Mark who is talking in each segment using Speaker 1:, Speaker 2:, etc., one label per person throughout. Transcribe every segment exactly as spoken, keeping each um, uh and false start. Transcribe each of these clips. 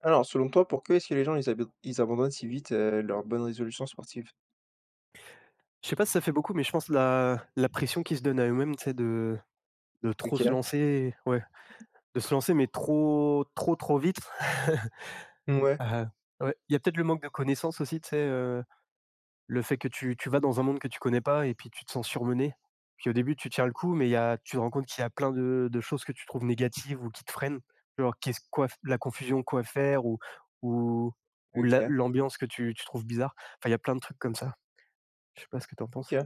Speaker 1: Alors, selon toi, pourquoi est-ce que les gens ils abon ils abandonnent si vite, heu, leurs bonnes résolutions sportives?
Speaker 2: Je sais pas si ça fait beaucoup, mais je pense la la pression qu'ils se donnent à eux-mêmes, tu sais, de de trop se
Speaker 1: OK.
Speaker 2: lancer, ouais, de se lancer, mais trop trop, trop vite.
Speaker 1: Ouais.
Speaker 2: Heu, ouais, il y a peut-être le manque de connaissances aussi, tu sais, heu, le fait que tu tu vas dans un monde que tu connais pas et puis tu te sens surmené. Puis au début, tu tiens le coup, mais il y a tu te rends compte qu'il y a plein de de choses que tu trouves négatives ou qui te freinent. Genre qu'est-ce quoi f la confusion, quoi faire ou ou ou la
Speaker 1: OK.
Speaker 2: l'ambiance que tu tu trouves bizarre. Enfin, il y a plein de trucs comme ça. Je sais pas ce que tu en
Speaker 1: OK.
Speaker 2: penses?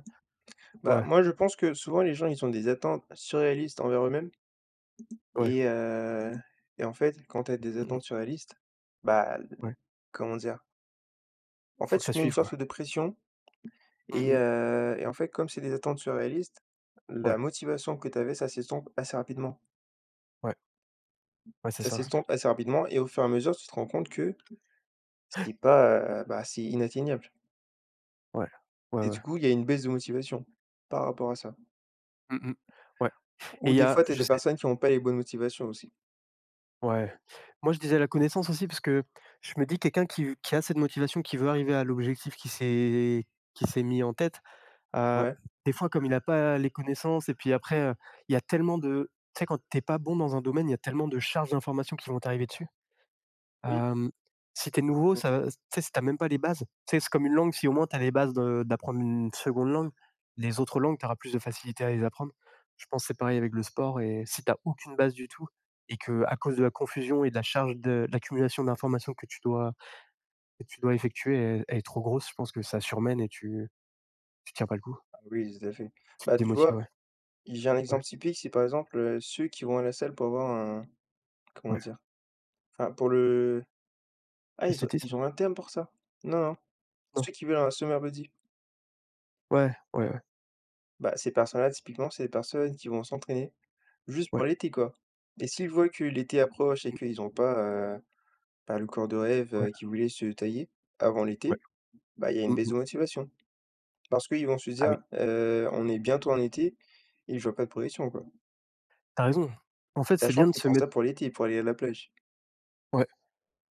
Speaker 1: Bah,
Speaker 2: Ouais,
Speaker 1: moi, je pense que souvent les gens ils ont des attentes surréalistes envers eux-mêmes.
Speaker 2: ouais.
Speaker 1: Et heu et en fait, quand tu as des
Speaker 2: Mmh.
Speaker 1: attentes surréalistes, bah, l
Speaker 2: Ouais.
Speaker 1: comment dire? En fait,
Speaker 2: Faut que
Speaker 1: tu
Speaker 2: ça
Speaker 1: te mets une
Speaker 2: suive, quoi.
Speaker 1: sorte de pression.
Speaker 2: Mmh
Speaker 1: et
Speaker 2: mh.
Speaker 1: heu et en fait, comme c'est des attentes surréalistes, la
Speaker 2: Ouais,
Speaker 1: motivation que tu avais, ça s'estompe assez rapidement.
Speaker 2: ouais, ouais, c'est
Speaker 1: Ça
Speaker 2: ça.
Speaker 1: s'estompe assez rapidement et au fur et à mesure, tu te rends compte que c'est pas, heu, bah, c'est inatteignable.
Speaker 2: Ouais, ouais,
Speaker 1: Et
Speaker 2: ouais.
Speaker 1: du coup, il y a une baisse de motivation par rapport à ça.
Speaker 2: Mmh mh. Ouais, et
Speaker 1: Ou
Speaker 2: il y
Speaker 1: des
Speaker 2: a
Speaker 1: fois, tu as
Speaker 2: je
Speaker 1: des
Speaker 2: sais,
Speaker 1: personnes qui ont pas les bonnes motivations aussi.
Speaker 2: ouais. Moi, je disais la connaissance aussi parce que je me dis quelqu'un qui v qui a cette motivation, qui veut arriver à l'objectif qu'il s'est qu'il s'est mis en tête, heu,
Speaker 1: Ouais,
Speaker 2: des fois, comme il a pas les connaissances et puis après, heu, il y a tellement de tu sais, quand tu es pas bon dans un domaine, il y a tellement de charges d'informations qui vont t'arriver dessus.
Speaker 1: oui,
Speaker 2: Hem, Si t'es nouveau,
Speaker 1: bon,
Speaker 2: ça tu sais, si tu même pas les bases, tu sais, c'est comme une langue, si au moins t'as les bases de d'apprendre une seconde langue, les autres langues, t'auras plus de facilité à les apprendre. Je pense que c'est pareil avec le sport et si t'as aucune base du tout et que à cause de la confusion et de la charge de de l'accumulation d'informations que tu dois que tu dois effectuer, elle elle est trop grosse, je pense que ça surmène et tu tu tiens pas le coup,
Speaker 1: ah oui, tout à fait.
Speaker 2: tu te
Speaker 1: Bah, tu
Speaker 2: démotives,
Speaker 1: vois,
Speaker 2: ouais,
Speaker 1: j'ai un
Speaker 2: ouais,
Speaker 1: exemple typique, c'est par exemple, heu, ceux qui vont à la salle pour avoir un comment
Speaker 2: ouais.
Speaker 1: dire? Enfin, pour le ah, ils ont
Speaker 2: Esthétisme?
Speaker 1: ils ont un terme pour ça? Non, non.
Speaker 2: Non.
Speaker 1: Ceux qui veulent un summer body.
Speaker 2: Ouais, ouais, ouais,
Speaker 1: Bah, ces personnes-là, typiquement, c'est des personnes qui vont s'entraîner juste
Speaker 2: ouais.
Speaker 1: pour l'été, quoi. Et s'ils voient que l'été approche et
Speaker 2: Mmh,
Speaker 1: qu'ils ont pas, heu, bah, le corps de
Speaker 2: ouais,
Speaker 1: rêve, qui voulait se tailler avant
Speaker 2: ouais.
Speaker 1: l'été, bah, il y a une
Speaker 2: Mmh
Speaker 1: baisse
Speaker 2: mh.
Speaker 1: de motivation. Parce qu'ils vont se
Speaker 2: Ah oui,
Speaker 1: dire: «Heu, on est bientôt en été et je vois pas de progression, quoi».
Speaker 2: t'as raison. En fait, c'est
Speaker 1: Sachant
Speaker 2: bien de
Speaker 1: qu'ils
Speaker 2: se
Speaker 1: font ça
Speaker 2: mettre,
Speaker 1: pour l'été, pour aller à la plage.
Speaker 2: ouais.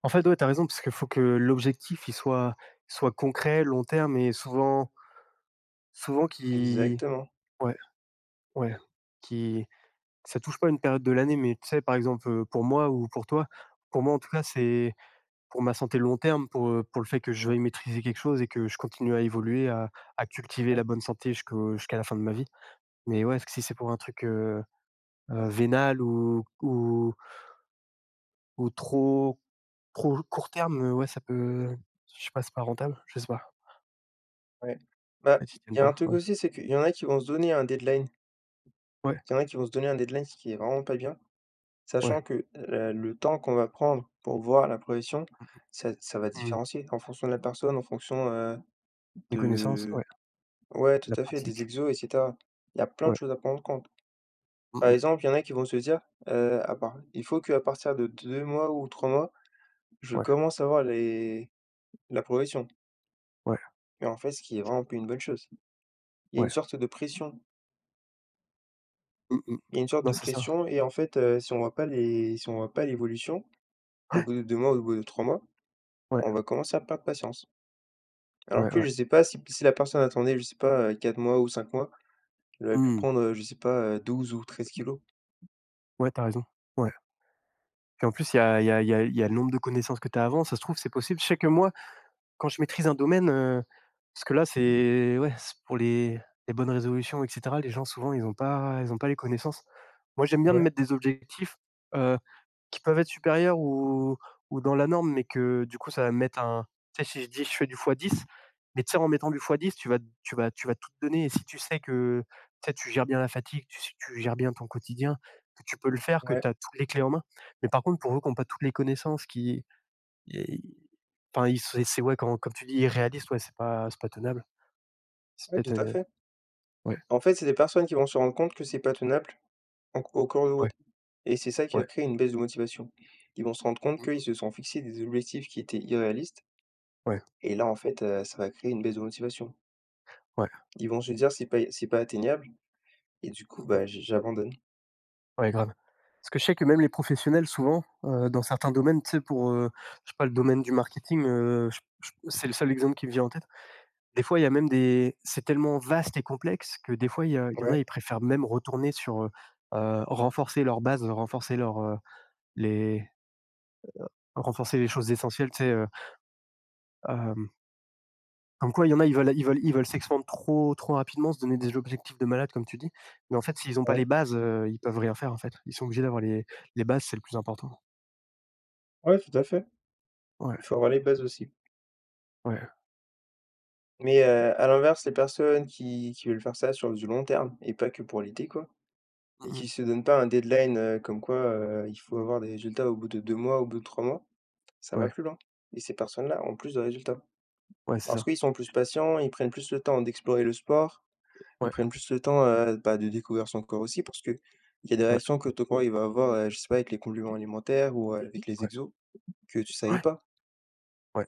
Speaker 2: En fait, ouais, tu as raison, parce qu'il faut que l'objectif, il soit soit concret, long terme et souvent souvent qui,
Speaker 1: Exactement,
Speaker 2: ouais, ouais, qui ça touche pas une période de l'année, mais tu sais, par exemple, heu, pour moi ou pour toi, pour moi, en tout cas, c'est pour ma santé long terme, pour, heu, pour le fait que je vais maîtriser quelque chose et que je continue à évoluer, à à cultiver
Speaker 1: ouais,
Speaker 2: la bonne santé jusqu'au jusqu'à la fin de ma vie. Mais ouais, parce que si c'est pour un truc, heu heu, vénal ou ou ou trop trop court terme, euh, ouais, ça peut, je sais pas, c'est pas rentable, je sais pas.
Speaker 1: ouais. Bah,
Speaker 2: Elles t'y
Speaker 1: il
Speaker 2: tiennent
Speaker 1: y a un
Speaker 2: pas?
Speaker 1: truc
Speaker 2: Ouais.
Speaker 1: aussi, c'est qu'il y en a qui vont se donner un deadline.
Speaker 2: Ouais,
Speaker 1: Il y en a qui vont se donner un deadline, ce qui est vraiment pas bien,
Speaker 2: ouais.
Speaker 1: sachant que, heu, le temps qu'on va prendre pour voir la progression, ça ça va
Speaker 2: Mmh.
Speaker 1: différencier en fonction de la personne, en fonction, heu,
Speaker 2: Des connaissances,
Speaker 1: de
Speaker 2: ouais,
Speaker 1: ouais,
Speaker 2: de
Speaker 1: tout
Speaker 2: la
Speaker 1: à fait, des
Speaker 2: pratique.
Speaker 1: exos et cetera. Il y a plein de
Speaker 2: Ouais.
Speaker 1: choses à prendre en compte.
Speaker 2: Mmh
Speaker 1: Par
Speaker 2: mh.
Speaker 1: exemple, il y en a qui vont se dire: «Heu, à part il faut qu'à partir de deux mois ou trois mois». Je
Speaker 2: Ouais,
Speaker 1: commence à voir les la progression
Speaker 2: ouais,
Speaker 1: et en fait, ce qui est vraiment pas une bonne chose. Il y a une
Speaker 2: ouais.
Speaker 1: sorte de pression,
Speaker 2: Mmh mh.
Speaker 1: il y a une sorte
Speaker 2: Non,
Speaker 1: de
Speaker 2: c'est ça.
Speaker 1: pression et en fait, heu, si on voit pas les si on voit pas l'évolution, au
Speaker 2: Ouais,
Speaker 1: bout de deux mois, ou au bout de trois mois,
Speaker 2: ouais,
Speaker 1: on va commencer à perdre patience. Alors
Speaker 2: ouais,
Speaker 1: que
Speaker 2: ouais.
Speaker 1: je sais pas si si la personne attendait, je sais pas, heu, 4 mois ou cinq mois, elle aurait pu
Speaker 2: Mmh.
Speaker 1: prendre, heu, je sais pas, heu, douze ou treize kilos.
Speaker 2: Ouais, tu as raison. Ouais. Puis en plus, il y a il y a il y a il y a le nombre de connaissances que tu as avant, ça se trouve, c'est possible. Je sais que moi, quand je maîtrise un domaine, heu, parce que là, c'est ouais, c'est pour les les bonnes résolutions et cetera, les gens souvent, ils ont pas ils ont pas les connaissances. Moi, j'aime bien me
Speaker 1: Ouais,
Speaker 2: mettre des objectifs, heu qui peuvent être supérieurs ou ou dans la norme, mais que du coup, ça va mettre un tu sais, si je dis: «Je fais du fois dix, mais tu sais, en mettant du fois dix, tu vas tu vas tu vas tout te donner, et si tu sais que, tu sais, tu gères bien la fatigue, tu sais que tu gères bien ton quotidien, que tu peux le faire, que
Speaker 1: ouais,
Speaker 2: tu as toutes les clés en main». Mais par contre, pour eux qui ont pas toutes les connaissances, qui, et enfin, ils c'est c'est ouais, quand comme tu dis: «Irréaliste», ouais, c'est pas c'est pas tenable. C'est
Speaker 1: ouais,
Speaker 2: peut-être,
Speaker 1: tout à
Speaker 2: heu
Speaker 1: fait.
Speaker 2: ouais,
Speaker 1: En fait, c'est des personnes qui vont se rendre compte que c'est pas tenable en au cours de
Speaker 2: ouais,
Speaker 1: route et c'est ça qui va
Speaker 2: ouais.
Speaker 1: créer une baisse de motivation. Ils vont se rendre compte qu'ils
Speaker 2: Mmh.
Speaker 1: se sont fixés des objectifs qui étaient irréalistes
Speaker 2: Ouais,
Speaker 1: et là, en fait, heu, ça va créer une baisse de motivation.
Speaker 2: ouais.
Speaker 1: Ils vont se dire: «C'est pas c'est pas atteignable» et du coup,
Speaker 2: Mmh.
Speaker 1: bah, j j'abandonne.
Speaker 2: Ouais, grave. Parce que je sais que même les professionnels souvent, heu, dans certains domaines, tu sais pour, heu, je sais pas, le domaine du marketing, heu, j j c'est le seul exemple qui me vient en tête. Des fois, il y a même des c'est tellement vaste et complexe que des fois il y a il y en a,
Speaker 1: Ouais,
Speaker 2: ils préfèrent même retourner sur, heu heu, renforcer leur base, renforcer leur, heu, les renforcer les choses essentielles, tu sais, heu, hem, comme quoi il y en a, ils veulent ils veulent ils veulent s'expandre trop trop rapidement, se donner des objectifs de malade comme tu dis, mais en fait s'ils ont pas
Speaker 1: ouais,
Speaker 2: les bases, heu, ils peuvent rien faire en fait. Ils sont obligés d'avoir les les bases, c'est le plus important.
Speaker 1: ouais, tout à fait.
Speaker 2: Ouais,
Speaker 1: Il faut avoir les bases aussi.
Speaker 2: ouais.
Speaker 1: Mais, heu, à l'inverse, les personnes qui qui veulent faire ça sur du long terme et pas que pour l'été, quoi, et
Speaker 2: Mmh.
Speaker 1: qui se donnent pas un deadline, heu, comme quoi, heu, il faut avoir des résultats au bout de deux mois, au bout de trois mois. Ça va
Speaker 2: Ouais,
Speaker 1: plus loin et ces personnes-là ont plus de résultats.
Speaker 2: ouais, c'est
Speaker 1: Parce
Speaker 2: ça.
Speaker 1: qu'ils sont plus patients, ils prennent plus le temps d'explorer le sport, ils
Speaker 2: Ouais,
Speaker 1: prennent plus le temps, heu, bah, de découvrir son corps aussi parce que il y a des
Speaker 2: ouais,
Speaker 1: réactions que ton corps il va avoir, heu, je sais pas avec les compléments alimentaires ou euh, avec les
Speaker 2: ouais,
Speaker 1: exos que tu savais
Speaker 2: ouais,
Speaker 1: pas.
Speaker 2: ouais,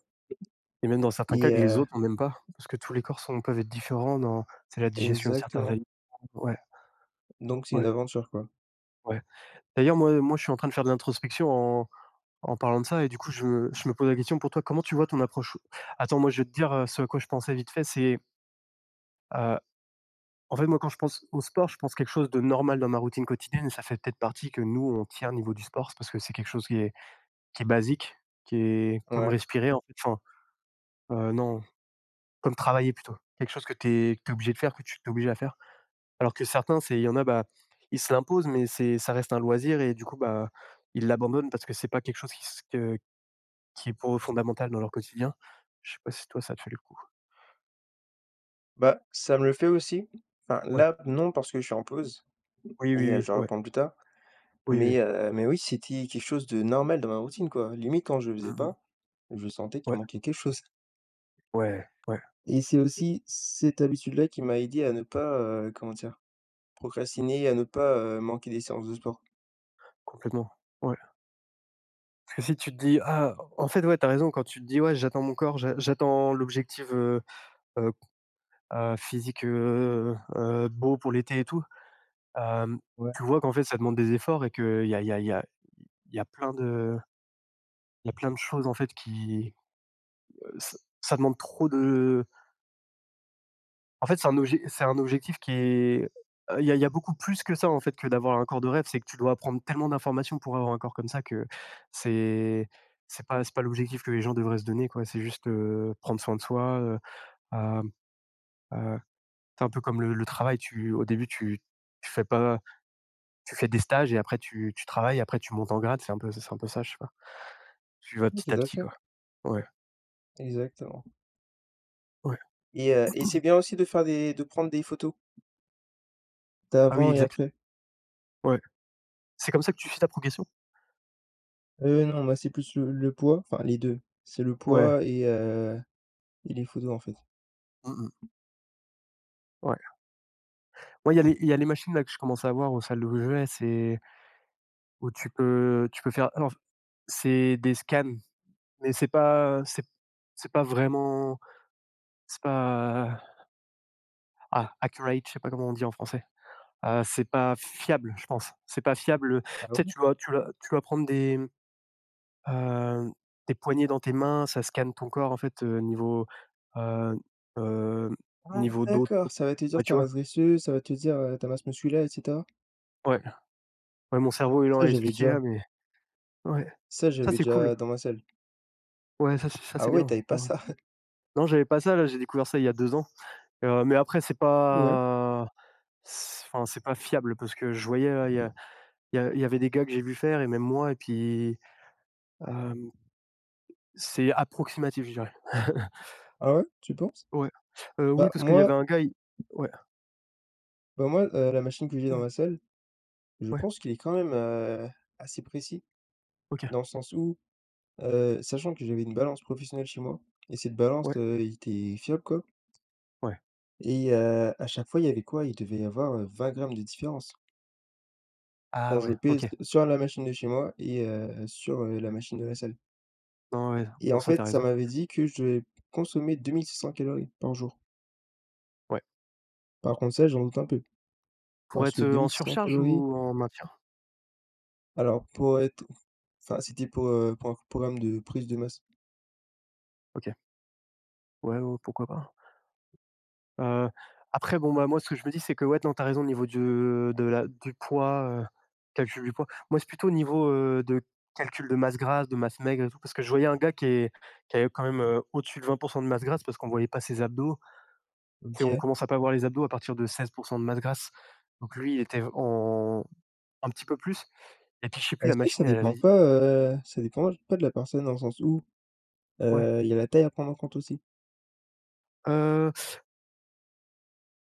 Speaker 2: et même dans certains cas
Speaker 1: et
Speaker 2: que les
Speaker 1: heu
Speaker 2: autres, on n'aime pas, parce que tous les corps sont peuvent être différents dans c'est la digestion de certains
Speaker 1: Exactement.
Speaker 2: aliments. Ouais,
Speaker 1: Donc c'est une
Speaker 2: ouais,
Speaker 1: aventure, quoi.
Speaker 2: ouais. D'ailleurs, moi moi, je suis en train de faire de l'introspection en en parlant de ça et du coup, je me je me pose la question, pour toi, comment tu vois ton approche? Attends, moi, je vais te dire, heu, ce à quoi je pensais vite fait, c'est, heu, en fait, moi, quand je pense au sport, je pense quelque chose de normal dans ma routine quotidienne et ça fait peut-être partie que nous, on tient au niveau du sport, c'est parce que c'est quelque chose qui est qui est basique, qui est
Speaker 1: Mmh.
Speaker 2: comme
Speaker 1: Ouais.
Speaker 2: respirer, en fait, enfin, heu, non. Comme travailler plutôt. Quelque chose que tu es obligé de faire, que tu es obligé à faire. Alors que certains, c'est il y en a, bah, ils se l'imposent, mais c'est ça reste un loisir et du coup, bah, ils l'abandonnent parce que c'est pas quelque chose qui s que qui est pour eux fondamental dans leur quotidien. Je sais pas si toi, ça te fait le coup?
Speaker 1: Bah, ça me le fait aussi. Enfin,
Speaker 2: Ouais.
Speaker 1: là, non, parce que je suis en pause
Speaker 2: Oui, oui,
Speaker 1: et heu,
Speaker 2: oui,
Speaker 1: je
Speaker 2: ouais.
Speaker 1: vais plus tard.
Speaker 2: Oui, oui.
Speaker 1: Mais heu, mais oui, c'était quelque chose de normal dans ma routine, quoi. Limite, quand je le faisais
Speaker 2: Mmh mh.
Speaker 1: pas, je sentais qu'il
Speaker 2: Ouais,
Speaker 1: manquait quelque chose.
Speaker 2: ouais, ouais,
Speaker 1: Et c'est aussi cette habitude-là qui m'a aidé à ne pas, heu, comment dire? Procrastiner, à ne pas, heu, manquer des séances de sport.
Speaker 2: complètement. Ouais. Parce que si tu te dis: «Ah», en fait, ouais, t'as raison quand tu te dis: «Ouais, j'attends mon corps, j'a j'attends l'objectif, heu heu heu, physique, heu heu, beau pour l'été et tout». Hem,
Speaker 1: Ouais,
Speaker 2: Tu vois qu'en fait, ça demande des efforts et qu'il y a il y a il y a il y a plein de il y a plein de choses en fait qui, heu, ç ça demande trop de, en fait, c'est un obje c'est un objectif qui est, il y a il y a beaucoup plus que ça en fait que d'avoir un corps de rêve. C'est que tu dois apprendre tellement d'informations pour avoir un corps comme ça que c'est c'est pas c'est pas l'objectif que les gens devraient se donner, quoi. C'est juste, heu, prendre soin de soi, heu, hem, heu, c'est un peu comme le le travail, tu au début tu tu fais pas tu fais des stages et après tu tu travailles, après tu montes en grade, c'est un peu c'est un peu ça, je sais pas. Tu vas
Speaker 1: oui,
Speaker 2: petit
Speaker 1: tout
Speaker 2: à
Speaker 1: à
Speaker 2: petit,
Speaker 1: fait,
Speaker 2: quoi. Ouais,
Speaker 1: exactement.
Speaker 2: ouais.
Speaker 1: Et heu et c'est bien aussi de faire des de prendre des photos
Speaker 2: Ah oui,
Speaker 1: d'avant et
Speaker 2: exact.
Speaker 1: après.
Speaker 2: Ouais. C'est comme ça que tu suis ta progression?
Speaker 1: Euh non, moi, c'est plus le le poids, enfin les deux. C'est le
Speaker 2: Ouais.
Speaker 1: poids et heu et les photos, en fait?
Speaker 2: Mmh mh. Ouais. Moi, il y a les il y a les machines là que je commence à avoir aux salles où je vais, c'est où tu peux tu peux faire, alors c'est des scans, mais c'est pas c'est c'est pas vraiment, c'est pas, ah, accurate, je sais pas comment on dit en français. Heu, c'est pas fiable, je pense. C'est pas fiable, heu, tu
Speaker 1: Ah
Speaker 2: sais,
Speaker 1: ouais?
Speaker 2: tu dois tu dois tu dois prendre des Heu, tes poignets dans tes mains, ça scanne ton corps en fait, heu, niveau, heu, hem,
Speaker 1: Ah
Speaker 2: niveau dos,
Speaker 1: d'accord,
Speaker 2: tout.
Speaker 1: ça va te dire
Speaker 2: Ouais, tu
Speaker 1: ta
Speaker 2: vois?
Speaker 1: masse graisseuse, ça va te dire, heu, ta masse musculaire et cetera?
Speaker 2: Ouais, ouais, mon cerveau il en
Speaker 1: Ça
Speaker 2: a
Speaker 1: j'avais
Speaker 2: expliqué
Speaker 1: déjà
Speaker 2: là, mais ouais.
Speaker 1: ça
Speaker 2: Ça
Speaker 1: j'avais
Speaker 2: c'est cool.
Speaker 1: déjà dans ma salle.
Speaker 2: Ouais, ça c'est ça
Speaker 1: Ah
Speaker 2: c'est
Speaker 1: ouais,
Speaker 2: bien.
Speaker 1: tu pas
Speaker 2: Ouais.
Speaker 1: ça?
Speaker 2: Non, j'avais pas ça là, j'ai découvert ça il y a deux ans. Heu, mais après c'est
Speaker 1: Ouais.
Speaker 2: pas c enfin c'est pas fiable parce que je voyais là, il y a il y a il y avait des gars que j'ai vu faire et même moi et puis, hem, c'est approximatif, je dirais.
Speaker 1: Ah ouais, tu penses?
Speaker 2: Ouais. Heu, oui,
Speaker 1: Bah
Speaker 2: parce qu'il y
Speaker 1: moi
Speaker 2: avait un gars, il, ouais,
Speaker 1: bah moi, heu, la machine que j'ai dans ma salle. Je
Speaker 2: ouais,
Speaker 1: pense qu'il est quand même, heu, assez précis,
Speaker 2: OK,
Speaker 1: dans le sens où, heu, sachant que j'avais une balance professionnelle chez moi et cette balance,
Speaker 2: ouais,
Speaker 1: heu, était fiable, quoi,
Speaker 2: ouais.
Speaker 1: et heu, à chaque fois, il y avait quoi? Il devait y avoir, heu, 20 grammes de différence quand
Speaker 2: Ah
Speaker 1: je
Speaker 2: ouais,
Speaker 1: pèse
Speaker 2: OK.
Speaker 1: sur la machine de chez moi et heu, sur, heu, la machine de la salle
Speaker 2: Non, ouais,
Speaker 1: et en
Speaker 2: pour ça,
Speaker 1: fait,
Speaker 2: t'as
Speaker 1: ça
Speaker 2: raison.
Speaker 1: m'avait dit que je devais consommer deux mille six cents calories par jour.
Speaker 2: Ouais.
Speaker 1: Par contre ça, j'en doute un peu
Speaker 2: Pour
Speaker 1: parce que
Speaker 2: être, heu,
Speaker 1: 2
Speaker 2: en
Speaker 1: 600
Speaker 2: surcharge
Speaker 1: calories,
Speaker 2: ou en maintien?
Speaker 1: alors pour être enfin, c'était pour, heu, pour un programme de prise de masse.
Speaker 2: OK. Ouais, ouais, pourquoi pas, hein. Après bon, bah, moi, ce que je me dis, c'est que ouais, non, t'as raison au niveau du de la du poids, heu, calcul du poids. Moi, c'est plutôt au niveau, heu, de calcul de masse grasse, de masse maigre et tout, parce que je voyais un gars qui est qui avait quand même, heu, au-dessus de vingt de masse grasse parce qu'on voyait pas ses abdos. Et on
Speaker 1: OK.
Speaker 2: commence à pas voir les abdos à partir de seize de masse grasse. Donc lui, il était en un petit peu plus. Et puis je sais plus, la
Speaker 1: Est-ce que ça
Speaker 2: machine, elle avait
Speaker 1: dépend
Speaker 2: dit
Speaker 1: pas, heu, ça dépend pas de la personne dans le sens où,
Speaker 2: ouais.
Speaker 1: heu, il y a la taille à prendre en compte aussi.
Speaker 2: heu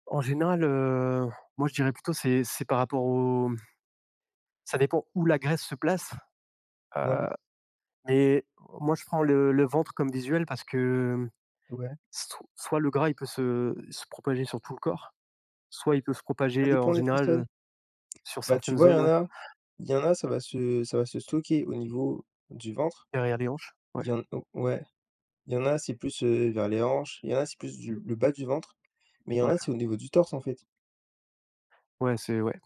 Speaker 2: En général, heu, moi, je dirais plutôt, c'est c'est par rapport au, ça dépend où la graisse se place,
Speaker 1: Ouais,
Speaker 2: heu, mais moi, je prends le le ventre comme visuel parce que
Speaker 1: ouais,
Speaker 2: so soit le gras, il peut se se propager sur tout le corps, soit il peut se
Speaker 1: ça
Speaker 2: propager, heu, en
Speaker 1: dépend des
Speaker 2: général,
Speaker 1: personnes.
Speaker 2: heu, sur
Speaker 1: Bah, tu
Speaker 2: certaines
Speaker 1: vois, il y
Speaker 2: zones,
Speaker 1: en
Speaker 2: ouais,
Speaker 1: a il y en a, ça va se ça va se stocker au niveau du ventre.
Speaker 2: derrière les hanches. Ouais,
Speaker 1: Il y en o Ouais, il y en a, c'est plus, heu, vers les hanches, il y en a, c'est plus du le bas du ventre, mais il y en
Speaker 2: ouais,
Speaker 1: a, c'est au niveau du torse, en fait.
Speaker 2: ouais, c'est ouais.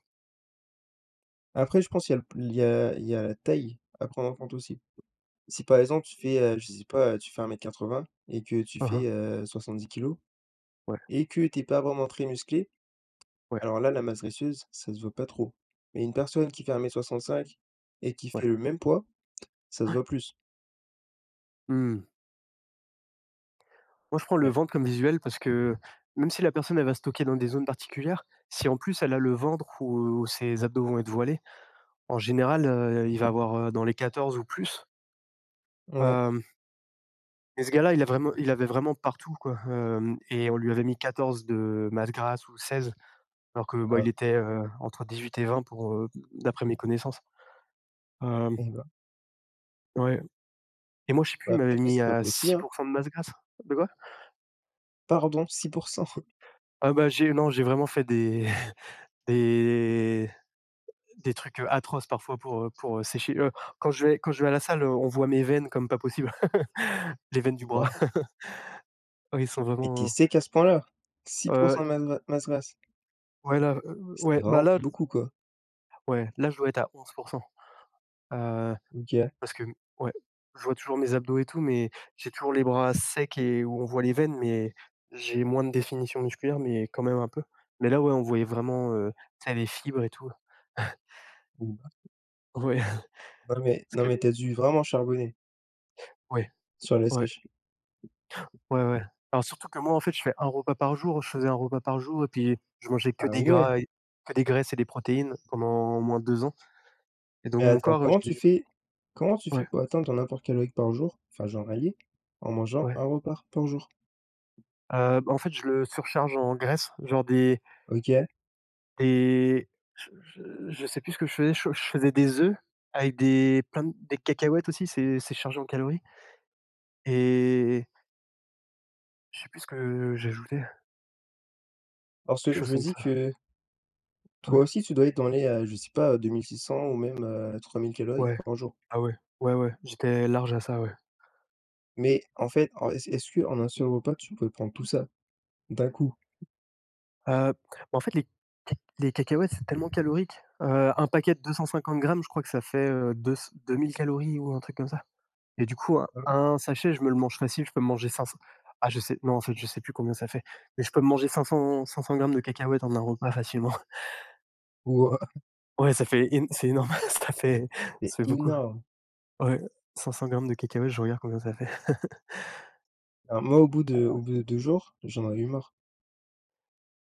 Speaker 1: Après, je pense il y a le p il y a il y a la taille à prendre en compte aussi. Si, par exemple, tu fais, heu, je sais pas, tu fais un mètre quatre quatre-vingts et que tu
Speaker 2: Hein, hein.
Speaker 1: fais, heu, dix kilogrammes
Speaker 2: Ouais,
Speaker 1: et que tu es pas vraiment très musclé.
Speaker 2: ouais,
Speaker 1: Alors là, la masse graisseuse, ça se voit pas trop. Mais une personne qui fait un mètre soixante-cinq et qui
Speaker 2: ouais.
Speaker 1: fait le même poids, ça se voit plus.
Speaker 2: Mmh. Moi, je prends le
Speaker 1: Ouais,
Speaker 2: ventre comme visuel parce que même si la personne, elle va stocker dans des zones particulières, si en plus elle a le ventre où ses abdos vont être voilés. En général, heu, il va avoir, heu, dans les quatorze ou plus.
Speaker 1: ouais,
Speaker 2: Hem, mais ce gars-là, il a vraiment il avait vraiment partout quoi. Hem Et on lui avait mis quatorze de masse grasse ou seize, alors que, bah, il
Speaker 1: ah,
Speaker 2: était, heu, entre huit et vingt, pour, heu, d'après mes connaissances. Hem,
Speaker 1: eh ben,
Speaker 2: ouais Et moi, je sais plus, il
Speaker 1: bah,
Speaker 2: m'avait
Speaker 1: peut-être que
Speaker 2: mis
Speaker 1: c'est pas
Speaker 2: à
Speaker 1: précis,
Speaker 2: six
Speaker 1: hein.
Speaker 2: pour cent de masse grasse. De quoi?
Speaker 1: Pardon, six pour cent.
Speaker 2: Ah bah, j'ai non, j'ai vraiment fait des des des trucs, heu, atroces parfois pour, heu, pour, heu, sécher, heu, quand je vais quand je vais à la salle, heu, on voit mes veines comme pas possible. Les veines du bras.
Speaker 1: Waouh,
Speaker 2: Ouais, ils sont
Speaker 1: mais tu es
Speaker 2: vraiment.
Speaker 1: sec à ce point-là? six de
Speaker 2: heu
Speaker 1: masse gra masse grasse?
Speaker 2: Ouais, là, heu,
Speaker 1: C'est
Speaker 2: ouais, bah,
Speaker 1: vraiment plus
Speaker 2: là,
Speaker 1: beaucoup, quoi.
Speaker 2: ouais, là, je dois être à onze. heu,
Speaker 1: OK.
Speaker 2: parce que ouais, je vois toujours mes abdos et tout, mais j'ai toujours les bras secs et où on voit les veines, mais j'ai moins de définition musculaire, mais quand même un peu. Mais là, ouais, on voyait vraiment, heu, tu sais, les fibres et tout.
Speaker 1: Bon, bah,
Speaker 2: Ouais,
Speaker 1: non mais
Speaker 2: parce
Speaker 1: non
Speaker 2: que
Speaker 1: mais t'as dû vraiment charbonner
Speaker 2: ouais,
Speaker 1: sur la
Speaker 2: ouais,
Speaker 1: sèche.
Speaker 2: ouais, ouais. Alors surtout que moi, en fait, je fais un repas par jour, je faisais un repas par jour et puis je mangeais que
Speaker 1: Ah
Speaker 2: des
Speaker 1: ouais?
Speaker 2: gras et que des graisses et des protéines pendant au moins deux ans et donc
Speaker 1: Mais
Speaker 2: mon
Speaker 1: attends,
Speaker 2: corps, heu,
Speaker 1: comment
Speaker 2: je
Speaker 1: tu
Speaker 2: l'ai.
Speaker 1: fais comment tu fais
Speaker 2: Ouais,
Speaker 1: pour atteindre ton apport calorique par jour, enfin journalier, en mangeant
Speaker 2: ouais,
Speaker 1: un repas par jour?
Speaker 2: heu, bah, en fait, je le surcharge en graisse, genre des.
Speaker 1: OK.
Speaker 2: Et je je je sais plus ce que je faisais, je je faisais des œufs avec des plein de des cacahuètes aussi, c'est c'est chargé en calories et je sais plus ce que j'ajoutais,
Speaker 1: Parce
Speaker 2: quelque
Speaker 1: que je
Speaker 2: chose
Speaker 1: me
Speaker 2: comme
Speaker 1: dis
Speaker 2: ça.
Speaker 1: que toi
Speaker 2: Ouais,
Speaker 1: aussi, tu dois être dans les, heu, je sais pas, heu, deux mille six cents ou même, heu, trois mille calories
Speaker 2: ouais,
Speaker 1: par jour.
Speaker 2: ah ouais, ouais, ouais, j'étais large à ça, ouais.
Speaker 1: Mais en fait, en est-ce est-ce qu'en un seul repas, tu peux prendre tout ça d'un coup?
Speaker 2: Heu, bah, en fait, les ca les cacahuètes, c'est tellement calorique, heu, un paquet de deux cent cinquante grammes, je crois que ça fait, heu, deux c deux mille calories ou un truc comme ça. Et du coup, un
Speaker 1: Ah oui?
Speaker 2: un sachet, je me le mange facile, je peux me manger cinq cents. Ah je sais, non, en fait, je sais plus combien ça fait, mais je peux me manger cinq cents cinq cents grammes de cacahuètes en un repas facilement.
Speaker 1: Ou, heu
Speaker 2: Ouais, ça fait, én c'est énorme. Ça fait,
Speaker 1: c'est
Speaker 2: ça fait beaucoup.
Speaker 1: énorme.
Speaker 2: Ouais, cinq cents grammes de cacahuètes, je regarde combien ça fait.
Speaker 1: Alors moi, au bout de au bout de deux jours, j'en avais eu marre.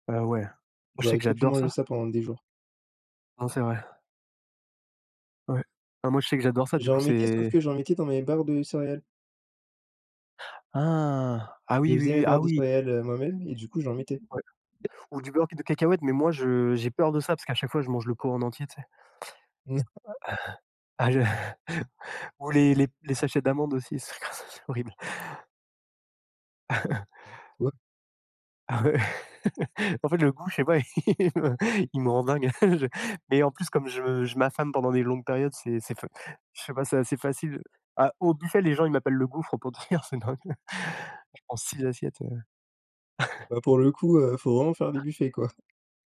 Speaker 2: Heu, ouais, moi je sais
Speaker 1: J'aurais
Speaker 2: que
Speaker 1: pas pu
Speaker 2: j'adore
Speaker 1: manger
Speaker 2: ça.
Speaker 1: ça pendant des jours.
Speaker 2: Non, c'est vrai, ouais. Ah moi je sais que j'adore ça, du
Speaker 1: J'en
Speaker 2: coup
Speaker 1: mettais, sauf
Speaker 2: c'est.
Speaker 1: que j'en mettais dans mes barres de céréales.
Speaker 2: Ah! Ah
Speaker 1: Je
Speaker 2: oui, oui,
Speaker 1: faisais mes
Speaker 2: oui,
Speaker 1: barres
Speaker 2: ah
Speaker 1: de
Speaker 2: oui,
Speaker 1: céréales, heu, moi-même et du coup, j'en mettais.
Speaker 2: ouais, ou du beurre de cacahuète, mais moi je j'ai peur de ça parce qu'à chaque fois je mange le pot en entier, tu sais?
Speaker 1: Mmh.
Speaker 2: Ah je ou les les les sachets d'amandes aussi. C'est horrible. Ah ouais. En fait, le goût, je sais pas. il me il me rend dingue. Je Mais en plus, comme je me- je m'affame pendant des longues périodes, c'est c'est fa je sais pas, c'est assez facile. Ah, au buffet, les gens, ils m'appellent le gouffre pour te dire, c'est dingue. Je prends six assiettes, heu
Speaker 1: Bah, pour le coup, heu, faut vraiment faire des buffets, quoi.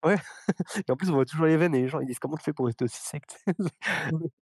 Speaker 2: ouais. Et en plus, on voit toujours les veines et les gens, ils disent: «Comment tu fais pour rester aussi sec?»